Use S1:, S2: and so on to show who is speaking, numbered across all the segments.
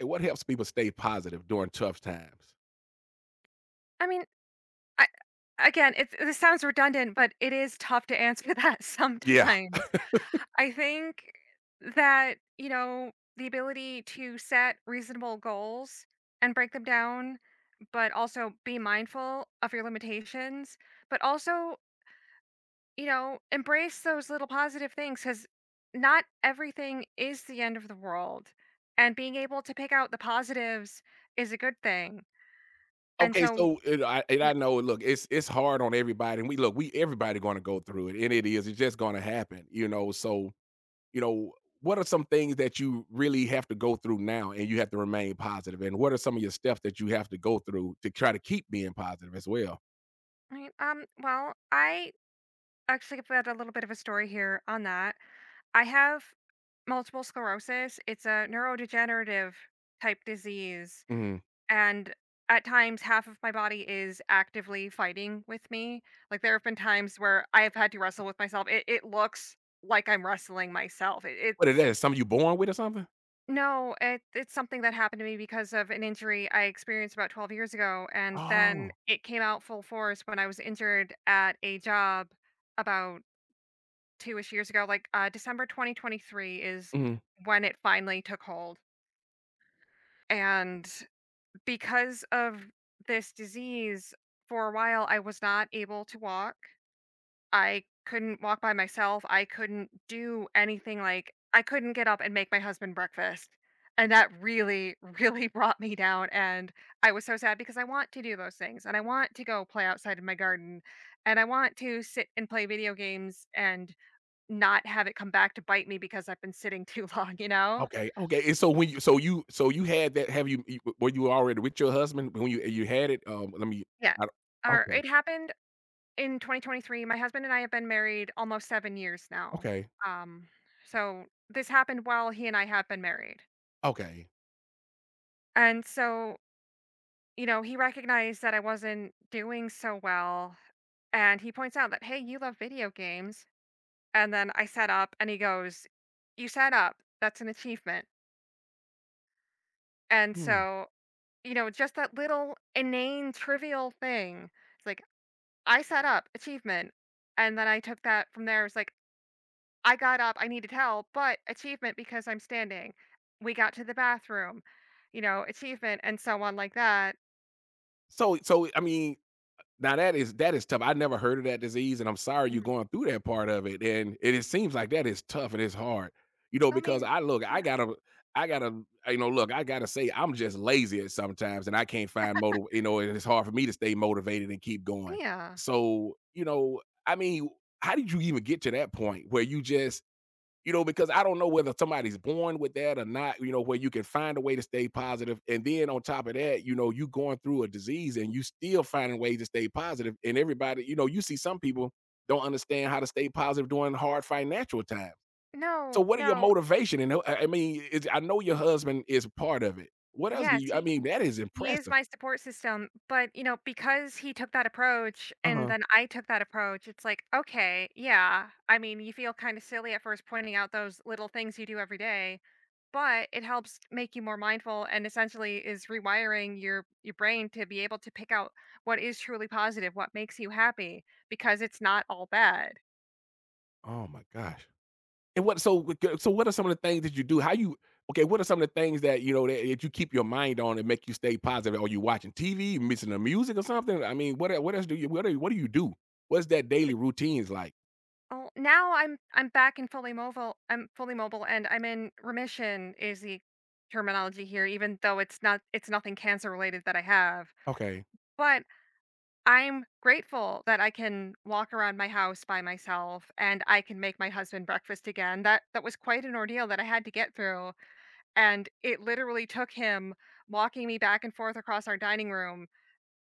S1: And what helps people stay positive during tough times?
S2: I mean, I again, it's this sounds redundant, but it is tough to answer that
S1: Yeah.
S2: sometimes. I think that, you know, the ability to set reasonable goals and break them down, but also be mindful of your limitations, but also, you know, embrace those little positive things because not everything is the end of the world. And being able to pick out the positives is a good thing. And
S1: Okay,
S2: so,
S1: so and I, and
S2: yeah,
S1: I know. Look, it's hard on everybody, and we look, we everybody going to go through it, and it is. It's just going to happen, you know. So, you know, what are some things that you really have to go through now, and you have to remain positive? And what are some of your steps that you have to go through to try to keep being positive as well?
S2: I actually I've got a little bit of a story here on that. I have multiple sclerosis. It's a neurodegenerative type disease.
S1: Mhm.
S2: And at times, half of my body is actively fighting with me. Like, there have been times where I have had to wrestle with myself. It looks like I'm wrestling myself. It,
S1: What is
S2: it's
S1: that? Something you born with or something?
S2: no, it's something that happened to me because of an injury I experienced about 12 years ago. And then
S1: Oh.
S2: it came out full force when I was injured at a job about 2-ish years ago, like, December 2023 is
S1: Mhm.
S2: when it finally took hold, and because of this disease, for a while, I was not able to walk. I couldn't walk by myself, I couldn't do anything, like, I couldn't get up and make my husband breakfast, and that really, really brought me down, and I was so sad because I want to do those things, and I want to go play outside in my garden, and I want to sit and play video games and not have it come back to bite me because I've been sitting too long, you know?
S1: Okay, okay, and so when you had that have you already with your husband when you had it? Let me
S2: Yeah.
S1: I don't
S2: Or
S1: okay,
S2: it happened in 2023. My husband and I have been married almost 7 years now.
S1: okay,
S2: Um, so this happened while he and I have been married.
S1: okay.
S2: And so, you know, he recognized that I wasn't doing so well, and he points out that, "Hey, you love video games." And then I set up, and he goes, "You set up. That's an achievement." And
S1: Hmm.
S2: so, you know, just that little inane trivial thing. It's like, I sat up, achievement, and then I took that from there, it was like, "I got up, I needed help, but achievement because I'm standing. We got to the bathroom," you know, achievement, and so on like that.
S1: So, I mean, now that is tough. I never heard of that disease, and I'm sorry you're
S2: Mm.
S1: going through that part of it. And it seems like that is tough and it's hard, you know.
S2: I
S1: Because
S2: mean,
S1: I look,
S2: yeah,
S1: I gotta, You know, look, I gotta say, I'm just lazy at sometimes, and I can't find motive. You know, and it's hard for me to stay motivated and keep going.
S2: yeah.
S1: So, you know, I mean, how did you even get to that point where you just, because I don't know whether somebody's born with that or not, you know, where you can find a way to stay positive. And then on top of that, you know, you going through a disease and you still finding ways to stay positive. And everybody, you know, you see some people don't understand how to stay positive during hard financial times. So
S2: No,
S1: what are your
S2: no,
S1: motivation? And I mean, it's, I know your husband is part of it. What else do
S2: yes,
S1: you, I mean, that is
S2: He is
S1: impressive.
S2: my support system, but, you know, because he took that approach and
S1: Uh-huh.
S2: then I took that approach, it's like, okay, yeah. I mean, you feel kind of silly at first pointing out those little things you do every day, but it helps make you more mindful and essentially is rewiring your brain to be able to pick out what is truly positive, what makes you happy because it's not all bad.
S1: Oh my gosh. And what so so what are some of the things that you do? How you okay? What are some of the things that you know that you keep your mind on and make you stay positive? Are you watching TV, missing the music or something? I mean, what else do you what do you do? What's that daily routines like?
S2: Oh, now I'm back and fully mobile. I'm fully mobile, and I'm in remission is the terminology here, even though it's nothing cancer related that I have.
S1: Okay,
S2: But I'm grateful that I can walk around my house by myself and I can make my husband breakfast again. That was quite an ordeal that I had to get through, and it literally took him walking me back and forth across our dining room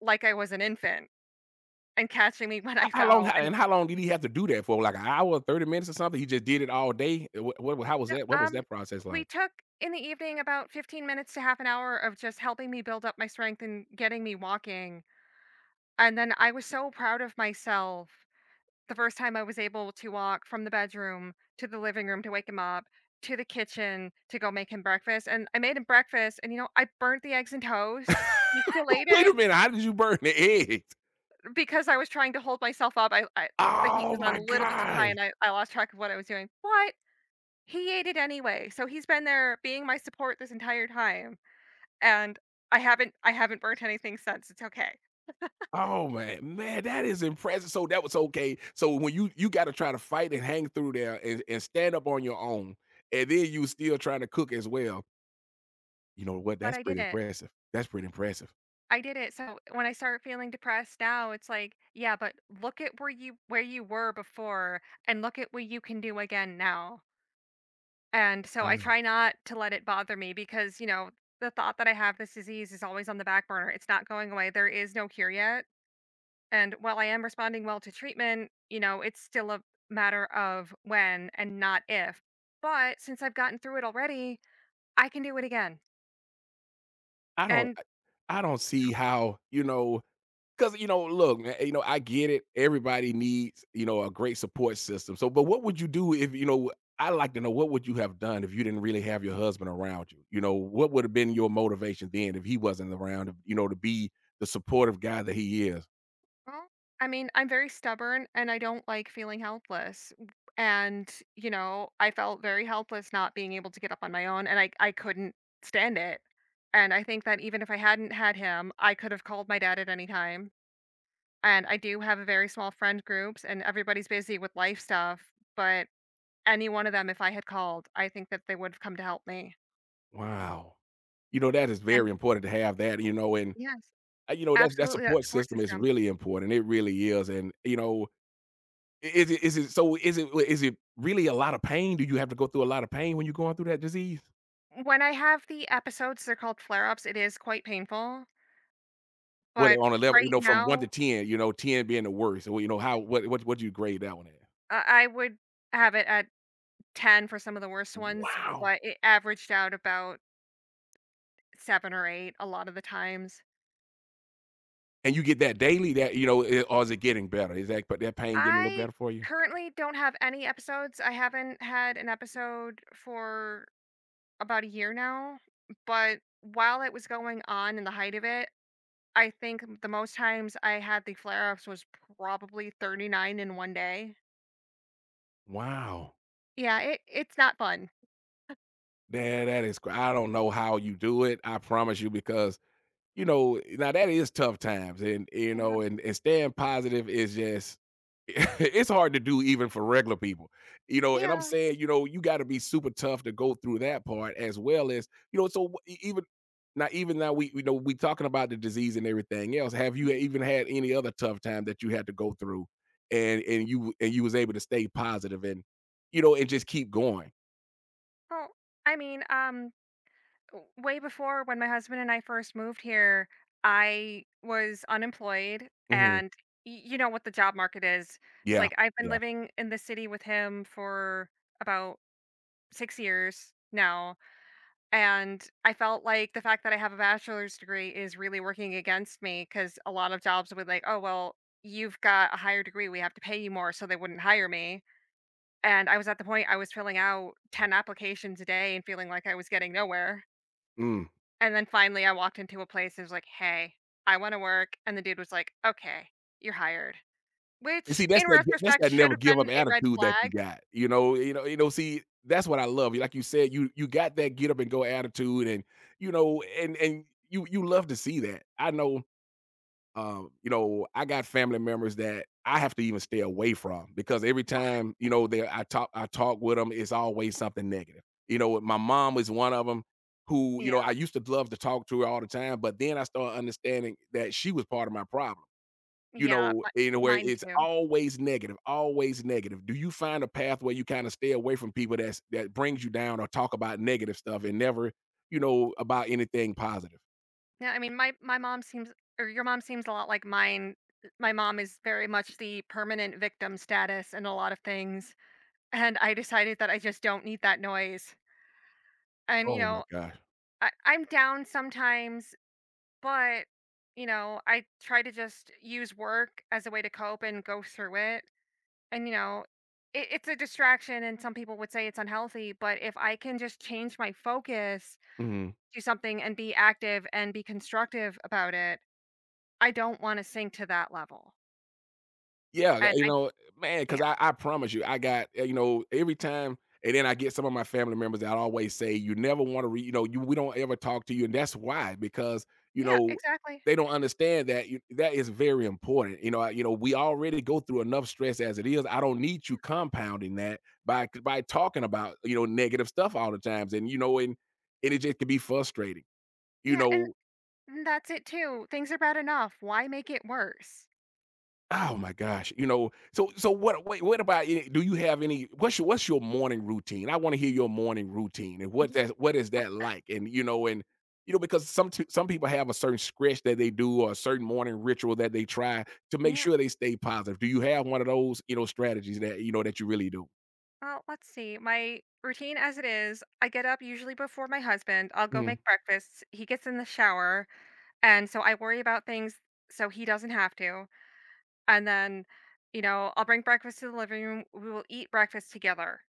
S2: like I was an infant and catching me when
S1: how,
S2: I
S1: how long
S2: fell.
S1: how, and how long did he have to do that for? Like an hour, 30 minutes or something? He just did it all day. What, how was
S2: No,
S1: that? What was that process
S2: we
S1: like?
S2: took in the evening about 15 minutes to half an hour of just helping me build up my strength and getting me walking. And then I was so proud of myself the first time I was able to walk from the bedroom to the living room to wake him up to the kitchen to go make him breakfast. And I made him breakfast and you know, I burnt the eggs and toast. He still ate
S1: Wait
S2: it
S1: a minute, how did you burn the eggs?
S2: because I was trying to hold myself up. I, the heat
S1: Oh
S2: was on
S1: my
S2: a little bit too high
S1: god!
S2: and I lost track of what I was doing. But he ate it anyway. So he's been there being my support this entire time. And I haven't burnt anything since, it's okay.
S1: Oh man, man, that is impressive. So that was okay. So when you got to try to fight and hang through there and stand up on your own, and then you still trying to cook as well. You know what?
S2: But
S1: That's
S2: I did
S1: pretty
S2: it.
S1: impressive. That's pretty impressive.
S2: I did it, so when I start feeling depressed now, it's like, "Yeah, but look at where you were before, and look at what you can do again now." And so I
S1: Wow.
S2: try not to let it bother me because, you know, the thought that I have this disease is always on the back burner, it's not going away, there is no cure yet, and while I am responding well to treatment, you know, it's still a matter of when and not if. But since I've gotten through it already, I can do it again,
S1: I don't
S2: and
S1: I I don't
S2: no.
S1: see how, you know, because you know, look, man, you know, I get it. Everybody needs, you know, a great support system. So, but what would you do if you know? I like to know what would you have done if you didn't really have your husband around you. You know, what would have been your motivation then if he wasn't around? You know, to be the supportive guy that he is.
S2: I mean, I'm very stubborn and I don't like feeling helpless. And, you know, I felt very helpless not being able to get up on my own and I couldn't stand it. And I think that even if I hadn't had him, I could have called my dad at any time. And I do have a very small friend groups and everybody's busy with life stuff, but any one of them, if I had called, I think that they would have come to help me.
S1: Wow, you know that is very
S2: And
S1: important to have that. You know, and
S2: yes,
S1: you know that that
S2: absolutely that
S1: support
S2: support
S1: system is
S2: system.
S1: really important. It really is. And you know, is it so? Is it really a lot of pain? Do you have to go through a lot of pain when you're going through that disease?
S2: When I have the episodes, they're called flare ups, it is quite painful.
S1: What
S2: But
S1: on a level, you
S2: right
S1: know, from 1 to
S2: now,
S1: 10, you know, 10 being the worst, well, you know, how what do you grade that one at?
S2: I would have it at 10 for some of the worst ones,
S1: Wow!
S2: but it averaged out about 7 or 8 a lot of the times.
S1: And you get that daily that you know, eh, or is it getting better? Is that but that pain getting a little
S2: I
S1: better for you?
S2: currently don't have any episodes. I haven't had an episode for about a year now, but while it was going on in the height of it, I think the most times I had the flare-ups was probably 39 in one day.
S1: Wow.
S2: Yeah, it it's not fun.
S1: That that is cra I don't know how you do it, I promise you, because you know, now that is tough times, and you
S2: Yeah.
S1: know, and staying positive is just it's hard to do even for regular people, you know. And I'm
S2: Yeah.
S1: saying, you know, you got to be super tough to go through that part as well as you know. So even now, we you know we talking about the disease and everything else. Have you
S2: Mhm.
S1: even had any other tough time that you had to go through, and you was able to stay positive and you know and just keep going?
S2: Well, I mean, way before when my husband and I first moved here, I was unemployed
S1: Hmm.
S2: and you know what the job market is. It's
S1: Yeah,
S2: like I've been
S1: yeah.
S2: living in the city with him for about 6 years now and I felt like the fact that I have a bachelor's degree is really working against me cuz a lot of jobs would like, "Oh, well, you've got a higher degree, we have to pay you more," so they wouldn't hire me. And I was at the point I was filling out 10 applications a day and feeling like I was getting nowhere.
S1: Mm.
S2: And then finally I walked into a place and was like, "Hey, I wanna work," and the dude was like, "Okay, you're hired."
S1: And
S2: Which
S1: see, that's
S2: in
S1: that that's
S2: retrospect
S1: that
S2: should
S1: never
S2: have
S1: give up
S2: been a red
S1: attitude that you
S2: flag.
S1: got, see, that's what I love. Like you said, you got that get up and go attitude and, you know, and you love to see that. I know, you know, I got family members that I have to even stay away from because every time, you know, they I talk with them, it's always something negative. You know, my mom is one of them, who, you know,
S2: Yeah,
S1: I used to love to talk to her all the time, but then I started understanding that she was part of my problem. You
S2: yeah,
S1: know,
S2: mi
S1: in a way,
S2: mine
S1: it's
S2: too.
S1: always negative, always negative. Do you find a path where you kinda stay away from people that brings you down or talk about negative stuff and never, you know, about anything positive?
S2: Yeah, I mean, my mom seems or your mom seems a lot like mine. My mom is very much the permanent victim status in a lot of things, and I decided that I just don't need that noise. And, you
S1: Oh my
S2: know,
S1: gosh.
S2: I'm down sometimes. But, you know, I try to just use work as a way to cope and go through it. And, you know, it's a distraction, and some people would say it's unhealthy. But if I can just change my focus
S1: Mhm.
S2: to something and be active and be constructive about it, I don't want to sink to that level.
S1: Yeah,
S2: And
S1: you
S2: I,
S1: know, man.
S2: yeah,
S1: Because I promise you, I got you know, every time and then I get some of my family members that always say, "You never wanna read. You know, you we don't ever talk to you," and that's why, because, you
S2: yeah,
S1: know,
S2: exactly.
S1: they don't understand that you that is very important, you know, I you know, we already go through enough stress as it is, I don't need you compounding that by talking about, you know, negative stuff all the times, and, you know, and it just can be frustrating, you
S2: Yeah. And
S1: know.
S2: that's it too. Things are bad enough. Why make it worse?
S1: Oh my gosh, you know, so what about you? Do you have any what's your morning routine? I wanna hear your morning routine and what
S2: Mhm.
S1: that what is that like? And you know, because some some people have a certain scratch that they do or a certain morning ritual that they try to make
S2: Yeah.
S1: sure they stay positive. Do you have one of those, you know, strategies that you know that you really do?
S2: Let's see. My routine as it is, I get up usually before my husband. I'll go
S1: Mhm.
S2: make breakfast. He gets in the shower, and so I worry about things so he doesn't have to. And then, you know, I'll bring breakfast to the living room. We will eat breakfast together.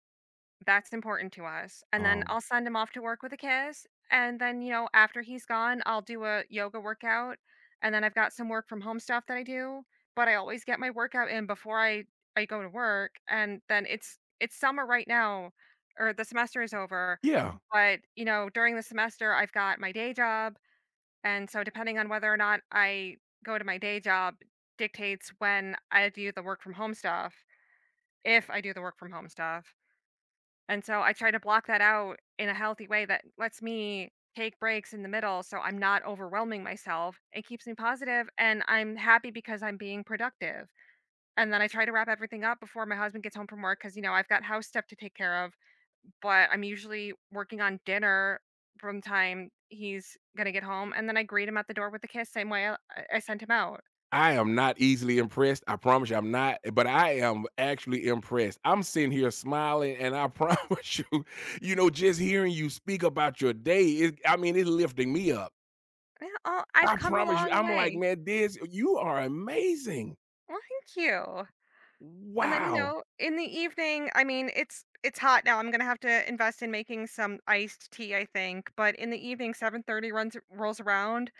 S2: That's important to us, and then
S1: Um,
S2: I'll send him off to work with a kiss, and then, you know, after he's gone, I'll do a yoga workout, and then I've got some work from home stuff that I do, but I always get my workout in before I go to work, and then it's summer right now, or the semester is over,
S1: Yeah.
S2: but, you know, during the semester, I've got my day job, and so depending on whether or not I go to my day job dictates when I do the work from home stuff, if I do the work from home stuff. And so I try to block that out in a healthy way that lets me take breaks in the middle so I'm not overwhelming myself. It keeps me positive and I'm happy because I'm being productive. And then I try to wrap everything up before my husband gets home from work because, you know, I've got house stuff to take care of, but I'm usually working on dinner from the time he's going to get home. And then I greet him at the door with a kiss, same way I sent him out.
S1: I am not easily impressed. I promise you, I'm not, but I am actually impressed. I'm sitting here smiling, and I promise you, you know, just hearing you speak about your day, it, I mean, it's lifting me up.
S2: Yeah. Oh, I've
S1: I
S2: come a
S1: promise you,
S2: long
S1: I'm like,
S2: way.
S1: man, this, you are amazing.
S2: Well, thank you. And then, you
S1: Wow.
S2: know, in the evening, I mean, it's hot now. I'm gonna have to invest in making some iced tea, I think. But in the evening, 7:30 runs rolls around.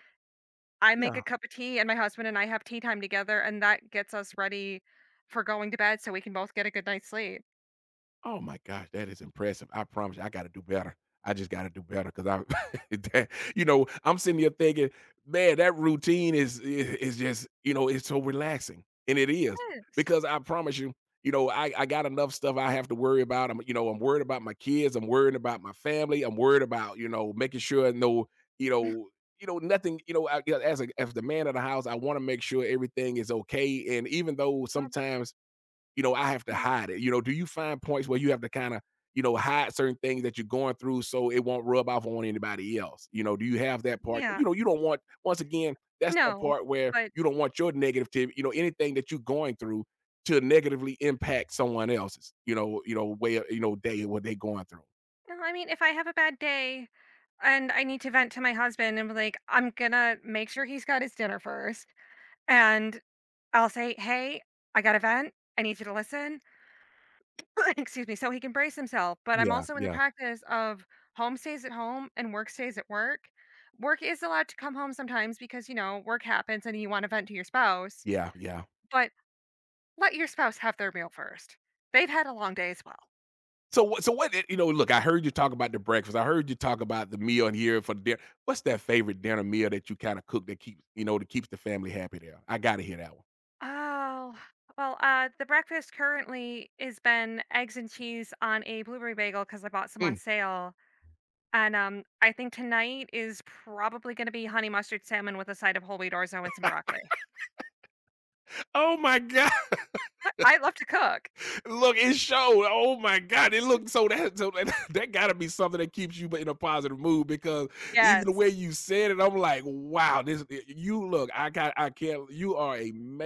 S2: I make a
S1: Yeah.
S2: cup of tea, and my husband and I have tea time together, and that gets us ready for going to bed so we can both get a good night's sleep.
S1: Oh my gosh, that is impressive. I promise you, I gotta do better. I just gotta do better because I, that- you know, I'm sitting here thinking, man, that routine is, is just, you know, it's so relaxing, and it is
S2: It is.
S1: because I promise you, you know, I got enough stuff I have to worry about. I'm, you know, I'm worried about my kids. I'm worried about my family. I'm worried about, you know, making sure no, you know, you know, nothing, you know, I, as a as the man of the house, I want to make sure everything is okay. And even though
S2: Um,
S1: sometimes you know, I have to
S2: yeah,
S1: hide it. You know, do you find points where you have to kind of, you know, hide certain things that you're going through so it won't rub off on anybody else? You know, do you have that part?
S2: yeah.
S1: You know, you don't want, once again, that's the
S2: No,
S1: part where
S2: but
S1: you don't want your negative, you know, anything that you're going through to negatively impact someone else's, you know, way, you know, day, what they going through.
S2: no, I mean, if I have a bad day and I need to vent to my husband and be like, I'm gonna make sure he's got his dinner first, and I'll say, "Hey, I got a vent. I need you to listen." Excuse me, so he can brace himself, but I'm
S1: Yeah,
S2: also in the
S1: yeah.
S2: practice of home stays at home and work stays at work. Work is allowed to come home sometimes because, you know, work happens and you want to vent to your spouse,
S1: Yeah, yeah.
S2: but let your spouse have their meal first. They've had a long day as well.
S1: You know, look, I heard you talk about the breakfast. I heard you talk about the meal and here for the dinner. What's that favorite dinner meal that you kind of cook that keeps you know that keeps the family happy? There, I got to hear that one.
S2: Oh, well, the breakfast currently is been eggs and cheese on a blueberry bagel because I bought some on
S1: Mm.
S2: sale. And, I think tonight is probably gonna be honey mustard salmon with a side of whole wheat orzo and some broccoli.
S1: Oh my god.
S2: What? I love to cook.
S1: Look, it showed. Oh my God, it looked that got to be something that keeps you in a positive mood because even the
S2: Yes.
S1: way you said it, I'm like, wow, this you look. I got, I can't. You are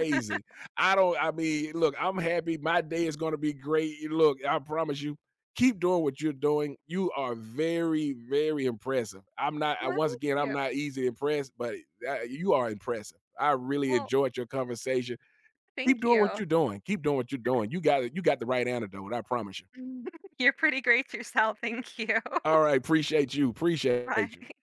S1: I don't. I mean, look, I'm happy. My day is going to be great. Look, I promise you. Keep doing what you're doing. You are very, very impressive. I'm not. I,
S2: Well,
S1: once
S2: thank
S1: again, I'm
S2: you.
S1: not easy impressed, but you are impressive. I really
S2: Well,
S1: enjoyed your conversation.
S2: thank
S1: Keep doing what
S2: you.
S1: you're doing. Keep doing what you're doing. You got it. You got the right antidote. I promise you.
S2: You're pretty great yourself. Thank you.
S1: All right. Appreciate you. Appreciate you.
S2: Bye.